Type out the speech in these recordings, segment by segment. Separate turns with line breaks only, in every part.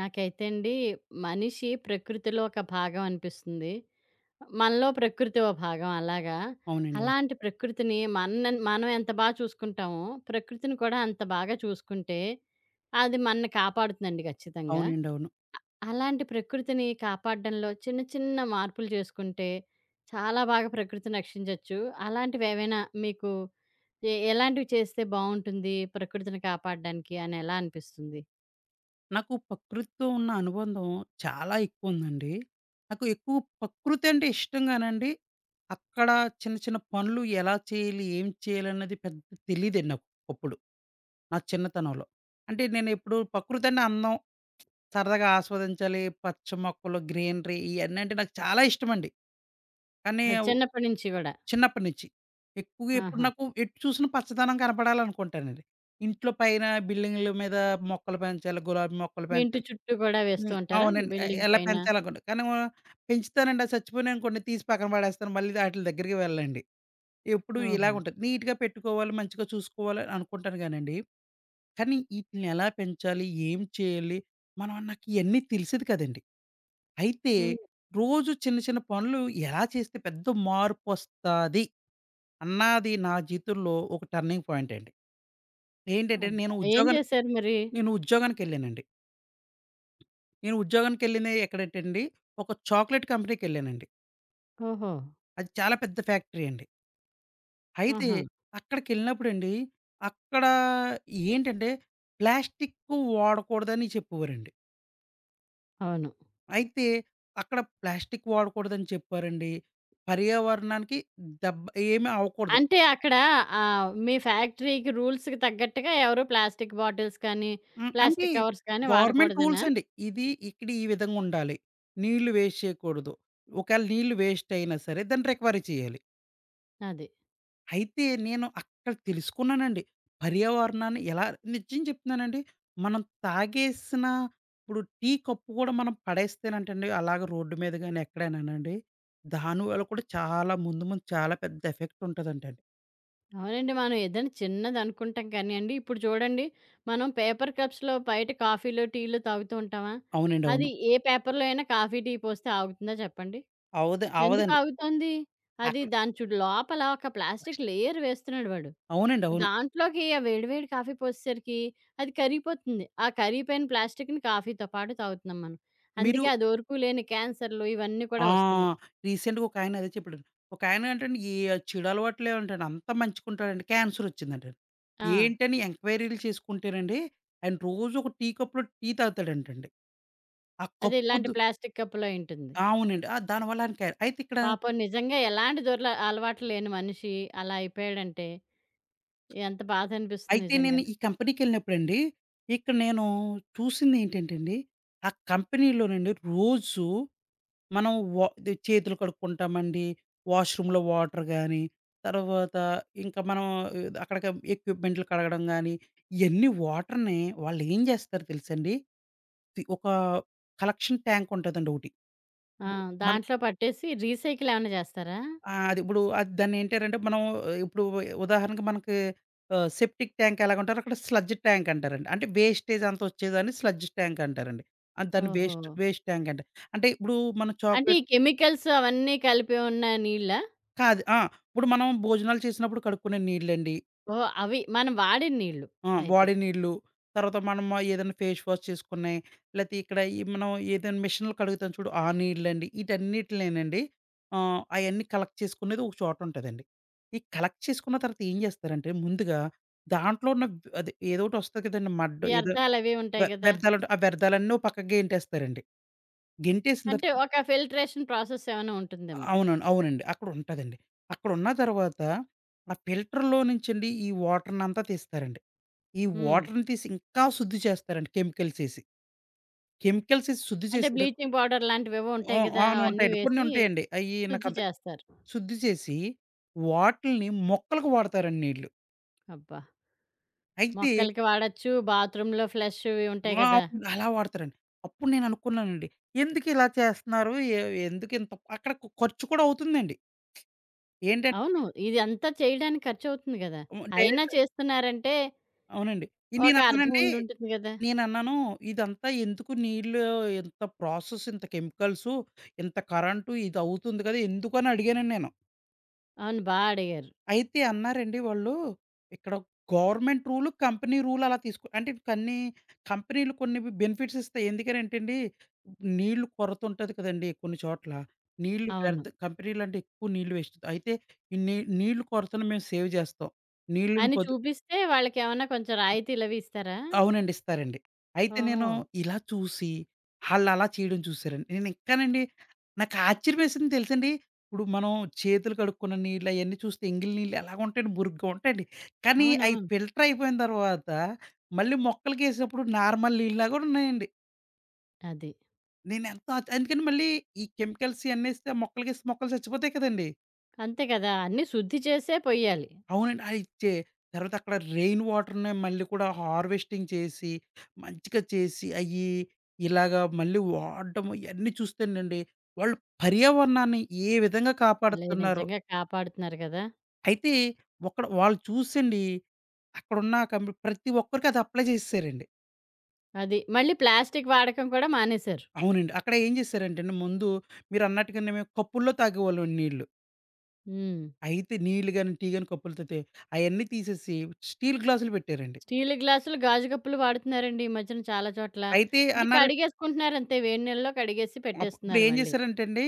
నాకైతే అండి మనిషి ప్రకృతిలో ఒక భాగం అనిపిస్తుంది. మనలో ప్రకృతి ఓ భాగం అలాగా.
అవునండి. అవును.
అలాంటి ప్రకృతిని మనం ఎంత బా చూసుకుంటామో, ప్రకృతిని కూడా అంత బాగా చూసుకుంటే అది మనని కాపాడుతుందండి ఖచ్చితంగా.
అవునండి. అవును.
అలాంటి ప్రకృతిని కాపాడడంలో చిన్న చిన్న మార్పులు చేసుకుంటే చాలా బాగా ప్రకృతిని రక్షించొచ్చు. అలాంటివేవైనా మీకు ఎలాంటివి చేస్తే బావుంటుంది ప్రకృతిని కాపాడడానికి అని ఎలా అనిపిస్తుంది?
నాకు ప్రకృతితో ఉన్న అనుబంధం చాలా ఎక్కువుందండి. నాకు ఎక్కువ ప్రకృతి అంటే ఇష్టం గానండి, అక్కడ చిన్న చిన్న పనులు ఎలా చేయాలి, ఏం చేయాలన్నది పెద్ద తెలీదండి నాకు అప్పుడు. నా చిన్నతనంలో. అంటే నేనెప్పుడు ప్రకృతి అంటే అందం, సరదాగా ఆస్వాదించాలి, పచ్చ మొక్కలు, గ్రీనరీ ఇయన్నీ అంటే నాకు చాలా ఇష్టమండి. కానీ
అది చిన్నప్పటి నుంచి గూడా.
చిన్నప్పటి నుంచి. ఎక్కువగా ఎప్పుడు
ఆహా!
నాకు ఎటు చూసినా పచ్చదనం కనపడాలనుకుంటానండి. ఇంట్లో పైన బిల్డింగుల మీద మొక్కలు పెంచాలి, గులాబీ మొక్కలు
మీ ఇంటి
పెంచాలి.
చుట్టూ గూడా వేస్తూ
హ్మ్.
ఉంటారా?
అవునండి. ఎ
బిల్డింగ్
ఎలా
పైన?
పెంచాలనుకుంటా. కానీ పెంచుతానండి. అవి చచ్చిపోయినాయనుకోండి తీసి పక్కన పడేస్తాను. మళ్ళీ ఆటిల దగ్గరికి వెళ్ళనండి. ఎప్పుడు
ఓహో!
ఇలాగుంటది. నీట్‌గా పెట్టుకోవాలి, మంచిగా చూసుకోవాలి అని అనుకుంటాను గానండి. కానీ ఈటిల్ని ఎలా పెంచాలి, ఏం చేయాలి, మనం నాకు ఇయన్నీ తెలిసేది కాదండి. అయితే
హ్మ్.
రోజు చిన్న చిన్న పనులు ఎలా చేస్తే పెద్ద మార్పొస్తాది? అన్నాది నా జీవితంలో ఒక టర్నింగ్ పాయింట్ అండి. ఏంటంటే
అబ్బా!
నేను
ఏం
ఉద్యోగానికి
చేశారు మరి?
నేను ఉద్యోగానికెళ్ళానండి. నేను ఉద్యోగానికెళ్ళింది ఎక్కడేటండి, ఒక చాక్లేట్ కంపెనీకెళ్ళానండి.
ఓహో!
అది చాలా పెద్ద ఫ్యాక్టరీ అండి. అయితే
ఆహా!
అక్కడికెళ్ళినప్పుడండి, అక్కడ ఏంటంటే ప్లాస్టిక్కు వాడకూడదని చెప్పేవారండి.
అవును.
అయితే అక్కడ ప్లాస్టిక్ వాడకూడదని చెప్పారండి. పర్యావరణానికి దెబ్బ ఏమి అవ్వకూడదు.
అంటే అక్కడ ఆహ్, మీ ఫ్యాక్టరీకి రూల్స్‌కి తగ్గట్టుగా ఎవరు ప్లాస్టిక్ బాటిల్స్ కానీ,
హ్మ్. అంటే
ప్లాస్టిక్ కవర్స్ కానీ
గవర్నమెంట్
వాడకూడదనా?
రూల్స్ అండి. ఇది ఇక్కడ ఈ విధంగా ఉండాలి. నీళ్లు వేస్ట్ చేయకూడదు. ఒకవేళ నీళ్లు వేస్ట్ అయినా సరే దాన్ని రికవరీ చేయాలి.
అది.
అయితే నేను అక్కడ తెలుసుకున్నానండి. పర్యావరణాన్ని ఎలా నిజం చెప్తున్నానండి. మనం తాగేసిన ఇప్పుడు టీ కప్పు కూడా మనం పడేస్తేనంటండి అలాగ రోడ్డు మీద గాని ఎక్కడైనానండి. దానివల్ల కూడా చాలా ముందు ముందు చాలా పెద్ద ఎఫెక్ట్ ఉంటదంటండి.
అవునండి. మనం ఏదైనా చిన్నదనుకుంటాం కానీయండి, ఇప్పుడు చూడండి మనం పేపర్ కప్స్‌లో బయట కాఫీలు, టీలు తాగుతూ ఉంటామా?
అవునండి.
అది
అవును.
ఏ పేపర్‌లో అయినా కాఫీ, టీ పోస్తే ఆగుతుందా చెప్పండి?
అవ్వదు
ఎందుకు
అవ్వదండి.
ఆగుతోంది? అది
అక్కడ
దాని చూడు లోపల ఒక ప్లాస్టిక్
ఫస్ట్
లేయర్ వేస్తున్నాడు వాడు.
అవునండి. అవును.
దాంట్లోకి ఆ వేడి వేడి కాఫీ పోసేసరికి అది కరిగిపోతుంది. ఆ కరిగిపోయిన ప్లాస్టిక్‌ని కాఫీతో పాటు తాగుతున్నాం మనం.
మీరు
అందుకే అది ఓర్పు లేని క్యాన్సర్‌లు ఇవన్నీ కూడా
ఆ!
వస్తున్నాయి.
రీసెంట్‌గా ఒకాయన అదే చెప్పాడు. ఒకాయన ఏంటంటే ఏ చెడు అలవాట్లే ఉంటాయండి. అంతా మంచిగుంటాడండి. క్యాన్సర్ వచ్చిందంటండి.
ఆ!
ఏంటని ఎంక్వైరీలు చేసుకుంటేనండి ఆయన రోజు ఒక టీ కప్‌లో టీ తాగుతాడంటండి. ఆ
అది
కప్పు
ఇలాంటి
దు
ప్లాస్టిక్ కప్పులో అయుంటుంది.
అవునండి. ఆ! దానివల్ల ఆయన అయితే ఇక్కడ
పాపం నిజంగా ఎలాంటి దుర్ల అలవాట్లు లేని మనిషి అలా అయిపోయాడంటే ఎంత బాధనిపిస్తుంది
అయితే
నిజంగా.
నేను ఈ కంపెనీకెళ్ళినప్పుడండి, ఇక్కడ నేను చూసిందేంటంటేండి, ఆ కంపెనీలోనండి రోజు మనం వా ది చేతులు కడుక్కుంటామండి. వాష్‌రూమ్‌లో వాటర్ గాని, తర్వాత ఇంకా మనం ఆ, అక్కడ ఎక్విప్‌మెంట్లు కడగడం గాని, ఇయన్నీ వాటర్‌ని వాళ్ళేం జేస్తారు తెలుసండి? ఒక కలెక్షన్ ట్యాంక్ ఉంటదండి ఒకటి.
ఆ!
మనకి
దాంట్లో పట్టేసి రీసైకిల్ ఏమన్నా చేస్తారా?
ఆహ్, అది ఇప్పుడు అది దాన్నేంటారంటే మనం ఆ, ఇప్పుడు ఉదాహరణకి మనకి ఆహ్, సెప్టిక్ ట్యాంక్ ఎలాగుంటారో అక్కడ స్లడ్జ్ ట్యాంక్ అంటారండి. అంటే వేస్టేజ్ అంతా వచ్చేదాన్ని స్లడ్జ్ ట్యాంక్ అంటారండి. ఆహ్, దాన్ని
ఓహో!
వేస్ట్ వేస్ట్ ట్యాంక్ అంటారు. అంటే ఇప్పుడు మనం
అంటే ఈ
చాక్లెట్
కెమికల్స్ అవన్నీ కలిపి ఉన్న నీళ్ళా?
కాదు. ఆ! ఇప్పుడు మనం భోజనాలు చేసినప్పుడు కడుక్కునే నీళ్ళండి.
ఓహ్! అవి మనం వాడిన నీళ్ళు
ఆ!
అయితే.
బాడీ నీళ్ళు, తర్వాత మనం ఏదైనా ఫేస్ వాష్ చేసుకున్నాయి, లేతే ఇక్కడ ఈ మనం ఏదైనా మిషన్‌లో కడుగుతాం చూడు ఆ నీళ్ళండి. ఈటన్నిటినేనండి ఆహ్, అయన్నీ కలెక్ట్ చేసుకునేది ఒక చోట ఉంటదండి. ఈ కలెక్ట్ చేసుకున్న తర్వాత ఏం చేస్తారంటే ముందుగా దాంట్లో ఉన్న అది ఏదోకటొస్తది కదండీ మడ్ ఏదో
వ్యర్థాలవి ఉంటాయి
వె
గదా!
వ్యర్థాలుంటాయి. ఆ వ్యర్థాలన్నీ ఓ పక్కకు గెంటేస్తారండి. గెంటేసిన
అంటే
తర్వాత
ఒక ఫిల్ట్రేషన్ ప్రాసెస్ ఏమైనా ఉంటుందేమో.
అవునండి. అవునండి. అక్కడుంటదండి. అక్కడున్న తర్వాత ఆ ఫిల్టర్‌లో నుంచండి ఈ వాటర్‌నంతా తీస్తారండి. ఈ
హ్మ్.
వాటర్‌ని తీసి ఇంకా శుద్ధి చేస్తారండి కెమికల్స్ ఏసి. కెమికల్స్ ఏసి శుద్ధి
అంటే
చేసిన తరువాత
బ్లీచింగ్ పౌడర్ లాంటివేవో ఉంటాయి
హ్మ్.
గదా!
అవును.
అవన్నీ
ఉంటాయండి. కొన్ని
వేసి
ఉంటాయండి. అయ్యి
శుద్ధి
నాకంత
చేస్తారు.
శుద్ధి చేసి వాటిల్ని మొక్కలకు వాడతారండి నీళ్ళు.
అబ్బా!
అయితే
మొక్కలకి వాడొచ్చు. బాత్రూమ్‌లో ఫ్లష్‌వి ఉంటాయి
ఆ!
గదా!
అవును. అలా వాడతారండి. అప్పుడు నేను అనుకున్నానండి. ఎందుకిలా చేస్తున్నారు? ఎందుకింత అక్కడ ఖర్చు కూడా అవుతుందండి. ఏంటంటే
అవును. ఇది అంతా చేయడానికి ఖర్చవుతుంది గదా! అయినా
డైరెక్ట్
చేస్తున్నారంటే
అవునండి. ఇది
ఒక
నేను
అర్థం
అన్నానండి
ఉండుంటుంది గదా!
నేనన్నాను, "ఇదంతా ఎందుకు నీళ్ళు ఇంత ప్రాసెస్, ఇంత కెమికల్సు, ఇంత కరెంటు ఇదవుతుంది కదా!" ఎందుకని అడిగానండి నేను.
అవును. బా అడిగారు.
అయితే అన్నారండి వాళ్ళు, "ఇక్కడ గవర్నమెంట్ రూలు, కంపెనీ రూల్ అలా తీసుకు" అంటే కన్నీ కంపెనీలు కొన్ని బెనిఫిట్స్ ఇస్తాయి. ఎందుకనంటండి, నీళ్ళు కొరత ఉంటది కదండీ కొన్ని చోట్ల. నీళ్ళు
అవును.
వ్యర్థ కంపెనీలంటే ఎక్కువ నీళ్ళు వేస్ట్. అయితే ఈ నీ నీళ్ళు కొరతను మేము సేవ్ జేస్తాం. నీళ్ళని
అని
పొదుపు
చూపిస్తే వాళ్ళకేమన్నా కొంచెం రాయితీలవి ఇస్తారా?
అవునండి. ఇస్తారండి. అయితే
ఓహో!
నేను ఇలా చూసి, ఆళ్ళలా చేయడం చూసారండి. నేను ఇంకానండి నాకు ఆశ్చర్యమేసింది తెలుసండి. ఇప్పుడు మనం చేతులు కడుక్కున్న నీళ్ళు అయన్నీ చూస్తే ఎంగిలి నీళ్ళు ఎలాగుంటాయండి బురుగ్గా ఉంటాయండి. కానీ అయి
అవునవును.
ఫిల్టర్ అయిపోయిన తర్వాత మళ్ళీ మొక్కలకేసినప్పుడు నార్మల్ నీళ్ళలాగా ఉన్నాయండి.
అది.
నేనెంతో ఎందుకంటే మళ్ళీ ఈ కెమికల్స్ ఇయన్నేస్తే మొక్కలకేస్తే మొక్కలు చచ్చిపోతాయి కదండీ!
అంతే కదా! అన్నీ శుద్ధి చేసే పొయ్యాలి.
అవునండి. ఆ! ఇచ్చే. తర్వాత అక్కడ రెయిన్ వాటర్‌నే మళ్ళీ కూడా హార్వెస్టింగ్ చేసి, మంచిగా చేసి, అయ్యి ఇలాగా మళ్ళీ వాడడం ఇయన్నీ చూస్తేనండి, వాళ్ళు పర్యావరణాన్ని ఏ విధంగా
భలే
కాపాడుతున్నారు.
నిజంగా కాపాడుతున్నారు కదా!
అయితే ఒక్కడ వాళ్ళు చూసండి, అక్కడున్న ప్రతి ఒక్కరికి అది అప్లై చేసేసారండి.
అది. మళ్ళీ ప్లాస్టిక్ వాడకం కూడా మానేశారు.
అవునండి. అక్కడ ఏం చేశారంటేండి, ముందు మీరన్నట్టుగానే మేము కప్పుల్లో తాగేవాళ్ళమండి నీళ్ళు.
హ్మ్.
అయితే నీళ్ళు గాని, టీ గాని కప్పులతో తే అయన్నీ తీసేసి స్టీల్ గ్లాసులు పెట్టారండి.
స్టీలు గ్లాసులు, గాజు కప్పులు వాడుతున్నారండి ఈ మధ్యన చాలా చోట్ల.
అయితే
అంటే
అన్నారు
కడిగేసుకుంటున్నారంతే. వేడి నీళ్ళలో కడిగేసి పెట్టేస్తున్నారు
ఇప్పుడేం
మళ్ళీ.
జేశారంటండి,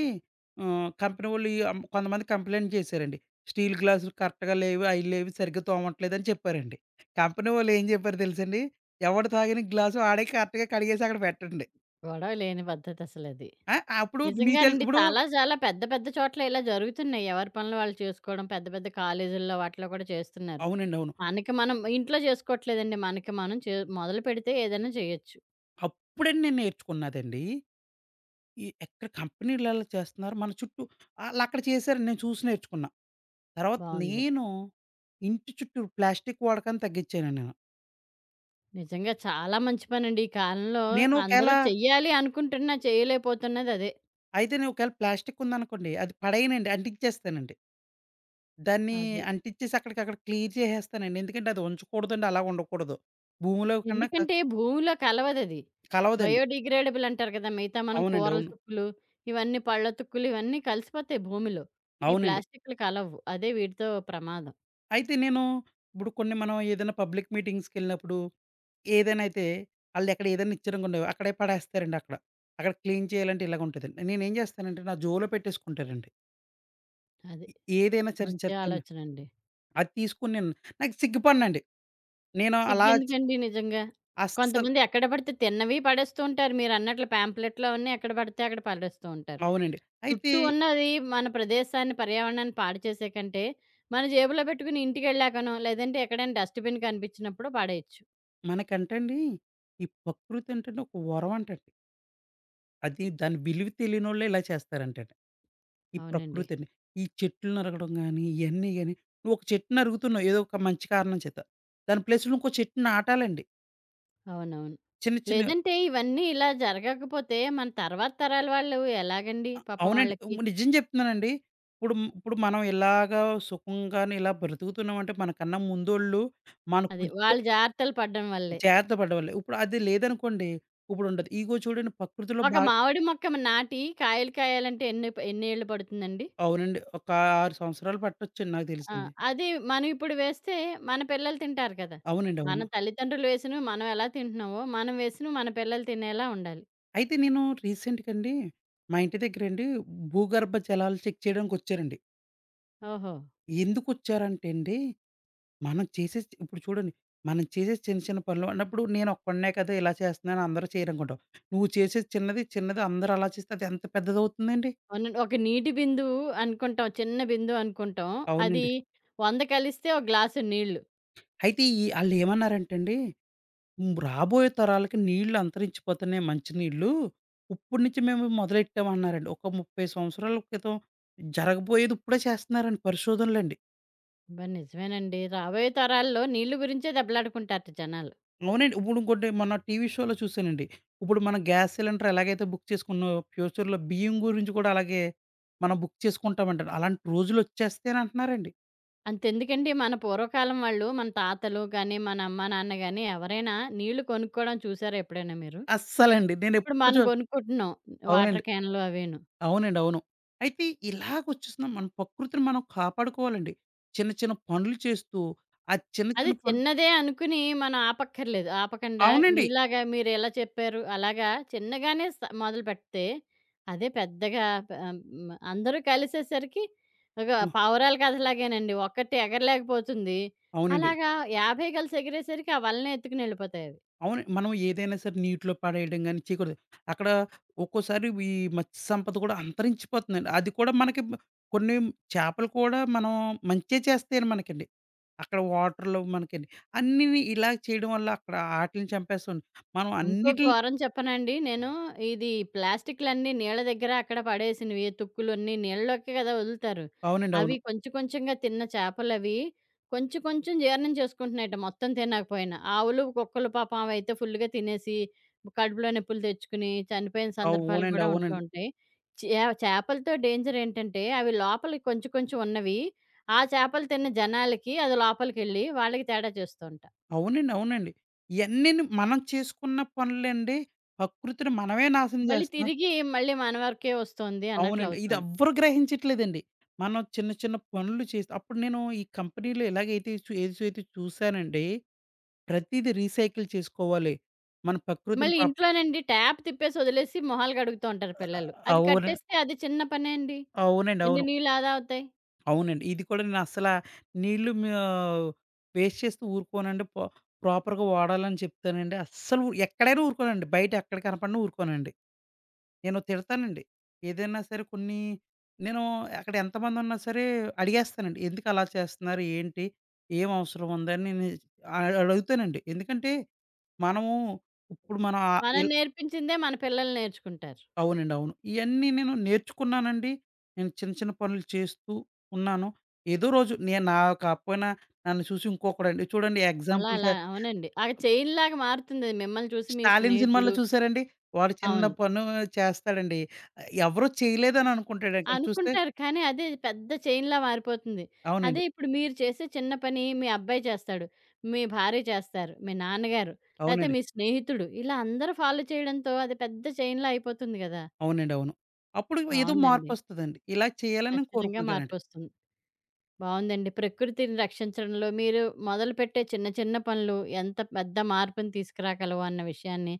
ఆహ్, కంపెనీ వోళ్ళు ఈ అం కొంతమంది కంప్లెయింట్ చేశారండి. స్టీల్ గ్లాసులు కరెక్ట్‌గా లేవు, అయి లేవు, సరిగ్గా తోమట్లేదని చెప్పారండి. కంపెనీ వోళ్ళు ఏం జెప్పారో తెలుసండి, ఎవడు తాగిన గ్లాసు ఆడే కరెక్ట్‌గా కడిగేసి అక్కడ పెట్టండి.
గొడవ లేని పద్ధతసలది.
ఆ! అప్పుడు మీకు
నిజంగానండి.
ఇప్పుడు
చాలా చాలా పెద్ద పెద్ద చోట్ల ఇలా జరుగుతున్నాయి. ఎవరి పనులు వాళ్ళు చేసుకోవడం. పెద్ద పెద్ద కాలేజీల్లో వాటిలో కూడా చేస్తున్నారు.
అవునండి. అవును.
మనకి మనం ఇంట్లో చేసుకోవట్లేదండి. మనకి మనం చే మొదలుపెడితే ఏదైనా చేయొచ్చు.
అప్పుడండి నేను నేర్చుకున్నదండి. ఈ ఎక్కడ కంపెనీలు అలా చేస్తున్నారు, మన చుట్టూ ఆళ్ళక్కడ చేశారండి నేను చూసి నేర్చుకున్నా. తర్వాత
బావుంది.
నేను ఇంటి చుట్టూ ప్లాస్టిక్ వాడకాన్ని తగ్గిచ్చానండి నేను.
నిజంగా చాలా మంచి పనండి. ఈ కాలంలో
నేను ఒకేళ
అందరూ చెయ్యాలి అనుకుంటున్నా చేయలేకపోతున్నది అదే.
అయితే ఒకవేళ ప్లాస్టిక్ ఉందనుకోండి, అది పడేయనండి. అంటించేస్తానండి. దాన్ని
అది.
అంటించేసి అక్కడికక్కడ క్లియర్ చేసేస్తానండి. ఎందుకంటే అది ఉంచకూడదండి, అలా ఉండకూడదు. భూమిలో కన్నా
ఎందుకంటే భూమిలో కలవదది.
కలవదండి.
బయోడిగ్రేడబుల్ అంటారు కదా! మిగతా మనం
అవునండి.
కూరల
అవును.
తుక్కులు, ఇవన్నీ పళ్ళ తుక్కులు ఇవన్నీ కలిసిపోతాయి భూమిలో. ఈ
అవునండి.
ప్లాస్టిక్‌లు కలవవు. అదే వీటితో ప్రమాదం.
అయితే నేను ఇప్పుడు కొన్ని మనం ఏదైనా పబ్లిక్ మీటింగ్స్‌కెళ్ళినప్పుడు ఏదైనా అయితే ఆళ్ళెక్కడ ఏదైనా ఇచ్చారనుకోండి, అక్కడే పడేస్తారండి అక్కడ. అక్కడ క్లీన్ చేయాలంటే ఇలాగుంటదండి. నేనేం చేస్తానంటే నా జోబులో పెట్టేసుకుంటానండి.
అది.
ఎ ఏదైనా సరే
మంచి
చెత్తని.
ఆలోచనండి.
అది తీసుకొని నేను నాకు సిగ్గుపడనండి. నేను అలా
సిగ్గెందుకండి నిజంగా.
అస్సలు
కొంతమంది ఎక్కడ పడితే తిన్నవి పడేస్తూ ఉంటారు. మీరన్నట్లు పాంప్లెట్‌లో ఉన్నయి ఎక్కడ పడితే అక్కడ పడేస్తూ ఉంటారు.
అవునండి. అయితే
చుట్టూ ఉన్నది మన ప్రదేశాన్ని, పర్యావరణాన్ని పాడు చేసే కంటే, మన జేబులో పెట్టుకుని ఇంటికెళ్ళాకనో, లేదంటే ఎక్కడైనా డస్ట్‌బిన్ కనిపించినప్పుడో పడేయొచ్చు.
మనకంటండి, ఈ ప్రకృతి అంటేనే ఒక వరం అంటండి. అది దాని విలువ తెలియనోళ్ళే ఇలా చేస్తారంటండి. ఈ
అవునండి.
ప్రకృతిని, ఈ చెట్లు నరకడం గాని, ఇయన్నీ గాని, నువ్వు ఒక చెట్టు నరుగుతున్నావు ఏదో ఒక మంచి కారణం చేత. దాని ప్లేస్‌లో ఇంకో చెట్టు నాటాలండి.
అవునవును.
చిన్న చిన్న
లేదంటే ఇవన్నీ ఇలా జరగకపోతే మన తర్వాత తరాల వాళ్ళు ఎలాగండి పాపం
అవునండి.
వాళ్ళకి?
నిజం చెప్తున్నానండి. ఇప్పుడు ఇప్పుడు మనం ఇలాగా సుఖంగాను ఇలా బ్రతుకుతున్నామంటే మనకన్నా ముందోళ్ళు మనకు
అదే వాళ్ళు జాగ్రత్తలు పడడం వల్లే.
జాగ్రత్త పడ్డవాళ్ళే. ఇప్పుడు అది లేదనుకోండి, ఇప్పుడు ఉండదు. ఇగో చూడండి ప్రకృతిలో
ఒక
బా
మామిడి మొక్క నాటి కాయలు కాయాలంటే ఎన్ని ప ఎన్నేళ్ళు పడుతుందండి?
అవునండి. ఒక 6 సంవత్సరాలు పట్టొచ్చండి నాకు
ఆ!
తెలిసండి.
అది మనం ఇప్పుడు వేస్తే మన పిల్లలు తింటారు కదా!
అవునండి. అవును.
మన తల్లిదండ్రులు వేసినవి మనం ఎలా తింటున్నామో, మనం వేసినవి మన పిల్లలు తినేలా ఉండాలి.
అయితే నేను రీసెంట్‌గండి మా ఇంటి దగ్గరండి భూగర్భ జలాలు చెక్ చేయడానికొచ్చారండి.
ఓహో!
ఎందుకొచ్చారంటే అండి, మనం చేసే ఇప్పుడు చూడండి, మనం చేసే చిన్న చిన్న పనులు అన్నప్పుడు నేనొక్కడినే కదా ఇలా చేస్తున్నాను అందరూ చేయరనుకుంటాం. నువ్వు చేసేది చిన్నది, చిన్నది అందరూ అలా చేస్తే అది ఎంత పెద్దదవుతుందండి.
అవును. ఒక నీటి బిందువు అనుకుంటాం. చిన్న బిందువు అనుకుంటాం. అది
అవునండి.
100 కలిస్తే ఒక గ్లాసు నీళ్ళు.
అయితే ఈ ఆళ్ళేమన్నారంటే అండి హ్మ్. రాబోయే తరాలకి నీళ్ళు అంతరించిపోతున్నాయి మంచినీళ్ళు. ఇప్పుడు నుంచి మేము మొదలెట్టామన్నారండి. ఒక 30 సంవత్సరాల క్రితం జరగబోయేది ఇప్పుడే చేస్తున్నారండి పరిశోధనలండి.
అబ్బా! నిజమేనండి. రాబోయే తరాల్లో నీళ్ళు గురించే దెబ్బలాడుకుంటారట జనాలు.
అవునండి. ఇప్పుడు ఇంకోటి మొన్న టీవీ షోలో చూసానండి. ఇప్పుడు మనం గ్యాస్ సిలిండర్ ఎలాగైతే బుక్ చేసుకున్నామో ఫ్యూచర్‌లో బియ్యం గురించి కూడా అలాగే మనం బుక్ చేసుకుంటామంటారు. అలాంటి రోజులొచ్చేస్తాయి అని అంటున్నారండి.
అంతెందుకండి మన పూర్వకాలం వాళ్ళు, మన తాతలు గాని, మన అమ్మ నాన్న గాని ఎవరైనా నీళ్ళు కొనుక్కోవడం చూసారా ఎప్పుడైనా మీరు?
అస్సలండి
ఇప్పుడు
నేనెప్పుడు
మనం
చూ
కొనుక్కుంటున్నాం
అవునండి.
వాటర్ క్యాన్‌లు అవేను.
అవునండి. అవును. అయితే ఇలాగొచ్చేసిన మన ప్రకృతిని మనం కాపాడుకోవాలండి. చిన్న చిన్న పనులు చేస్తూ, ఆ చిన్న
అది
చిన్న పనులు
చిన్నదే అనుకుని మనం ఆపక్కర్లేదు. ఆపకండా
అవునండి.
మీలాగా మీరెలా చెప్పారు అలాగా చిన్నగానే స మొదలుపెడితే అదే పెద్దగా ప అందరూ కలిసేసరికి ఒక
హ్మ్.
పావురాల కథలాగేనండి. ఒక్కటి ఎగరలేకపోతుంది.
అవునండి.
అలాగా 50 కలిసి ఎగిరేసరికి ఆ వలని ఎత్తుకుని ఎళ్ళిపోతాయవి.
అవును. మనం ఏదైనా సరే నీటిలో పడేయడం గాని చేయకూడదు. అక్కడ ఒక్కోసారి ఈ మత్స్య సంపద కూడా అంతరించిపోతుందండి. అది కూడా మనకి కొన్ని చేపలు కూడా మనం మంచే చేస్తాయండి మనకండి. అక్కడ వాటర్‌లో మనకండి. అన్నిని ఇలా చేయడం వల్ల అక్కడ ఆటిలిని చంపేస్తుంది. మనం
ఇంకో
అన్నిటిని
ఘోరం చెప్పనండి నేను. ఇది ప్లాస్టిక్‌లన్నీ నీళ్ళ దగ్గర అక్కడ పడేసినవి, తుక్కులన్నీ నీళ్ళలోకే కదా వదులుతారు.
అవునండి.
అవి
అవును.
కొంచెం కొంచెంగా తిన్న చేపలవి కొంచెం కొంచెం జీర్ణం చేసుకుంటున్నాయట మొత్తం తినకపోయినా. ఆవులు, కుక్కలు పాపం అవైతే ఫుల్‌గా తినేసి కడుపులో నొప్పులు తెచ్చుకుని చనిపోయిన సందర్భాలు
అవునండి.
కూడా ఉంటూ
అవునండి.
ఉంటాయి. చే చేపలతో డేంజర్ ఏంటంటే అవి లోపలికి కొంచెం కొంచెం ఉన్నవి, ఆ చేపలు తిన్న జనాలకి అది లోపలికెళ్ళి వాళ్ళకి తేడా చేస్తూ ఉంటాయి.
అవునండి. అవునండి. ఇయన్నీని మనం చేసుకున్న పనులండి ప్రకృతిని మనమే నాశనం
మళ్ళీ
జేస్తున్నాం.
తిరిగి మళ్ళీ మన వరకే వస్తోంది
అవునండి. ఇది
అన్నట్లవుతోంది.
ఎవ్వరు గ్రహించట్లేదండి. మనం చిన్న చిన్న పనులు చేసి అప్పుడు నేను ఈ కంపెనీలో ఎలాగైతే ఏదైతే చూసానండి. ప్రతీదీ రీసైకిల్ చేసుకోవాలి. మన ప్రకృతిని
మళ్ళీ ఇంట్లోనండి ట్యాప్ తిప్పేసి వదిలేసి మొహాలు కడుగుతూ ఉంటారు
ఆహ్,
పిల్లలు. అది
అవును.
కట్టేస్తే అది చిన్న పనే అండి.
అవునండి.
ఎన్ని
అవును.
నీళ్ళు ఆదా అవుతాయి.
అవునండి. ఇది కూడా నేను అస్సల నీళ్ళు వేస్ట్ చేస్తూ ఊరుకోనండి. ప్రాపర్‌గా వాడాలని చెప్తానండి. అస్సలు ఎక్కడైనా ఊరుకోనండి. బయట ఎక్కడ కనపడినా ఊరుకోనండి. నేను తిడతానండి. ఏదైనా సరే కొన్ని నేను అక్కడ ఎంతమందున్నా సరే అడిగేస్తానండి. ఎందుకు అలా చేస్తున్నారు? ఏంటి? ఏం అవసరం ఉందని నేను అడుగుతానండి. ఎందుకంటే, మనము ఇప్పుడు మనం ఆహ్,
మనం
ఇల్
నేర్పించిందే మన పిల్లలు నేర్చుకుంటారు.
అవునండి. అవును. ఇయన్నీ నేను నేర్చుకున్నానండి. నేను చిన్న చిన్న పనులు చేస్తూ ఉన్నాను. ఏదో రోజు నేను నా కాకపోయినా నన్ను చూసి ఇంకొకడండి చూడండి
అలా అలా
ఎగ్జాంపుల్‌గా
అవునండి. ఆ చైన్‌లాగా మారుతుందది మిమ్మల్ని చూసి మీ
'స్టాలిన్' సినిమాలో
స్నేహితుడు
చూసారండి? వాడు చిన్న
అవును.
పను చేస్తాడండి. ఎవరు చేయలేదని అనుకుంటాడు. కానీ చూస్తే
అనుకుంటారు. కానీ అదే పెద్ద చైన్‌లా మారిపోతుంది. అదే
అవునండి.
ఇప్పుడు మీరు చేసే చిన్న పని మీ అబ్బాయి చేస్తాడు, మీ భార్య చేస్తారు, మీ నాన్నగారు, లేతే
అవునండి.
మీ స్నేహితుడు ఇలా అందరూ ఫాలో చేయడంతో అది పెద్ద చైన్‌లా అయిపోతుంది గదా!
అవునండి. అవును. అప్పుడు ఏదో
బావుందండి.
మార్పొస్తదండి. ఇలా చేయాలని నేను
ఖచ్చితంగా
కోరుకుంటానండి.
మార్పొస్తుంది. బావుందండి. ప్రకృతిని రక్షించడంలో మీరు మొదలుపెట్టే చిన్న చిన్న పనులు ఎంత పెద్ద మార్పుని తీసుకురాగలవు అన్న విషయాన్ని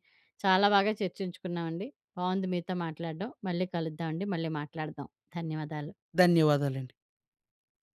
చాలా బాగా చర్చించుకున్నామండి. బావుంది మీతో మాట్లాడడం. మళ్ళీ కలుద్దామండి. మళ్ళీ మాట్లాడదాం. ధన్యవాదాలు.
ధన్యవాదాలండి.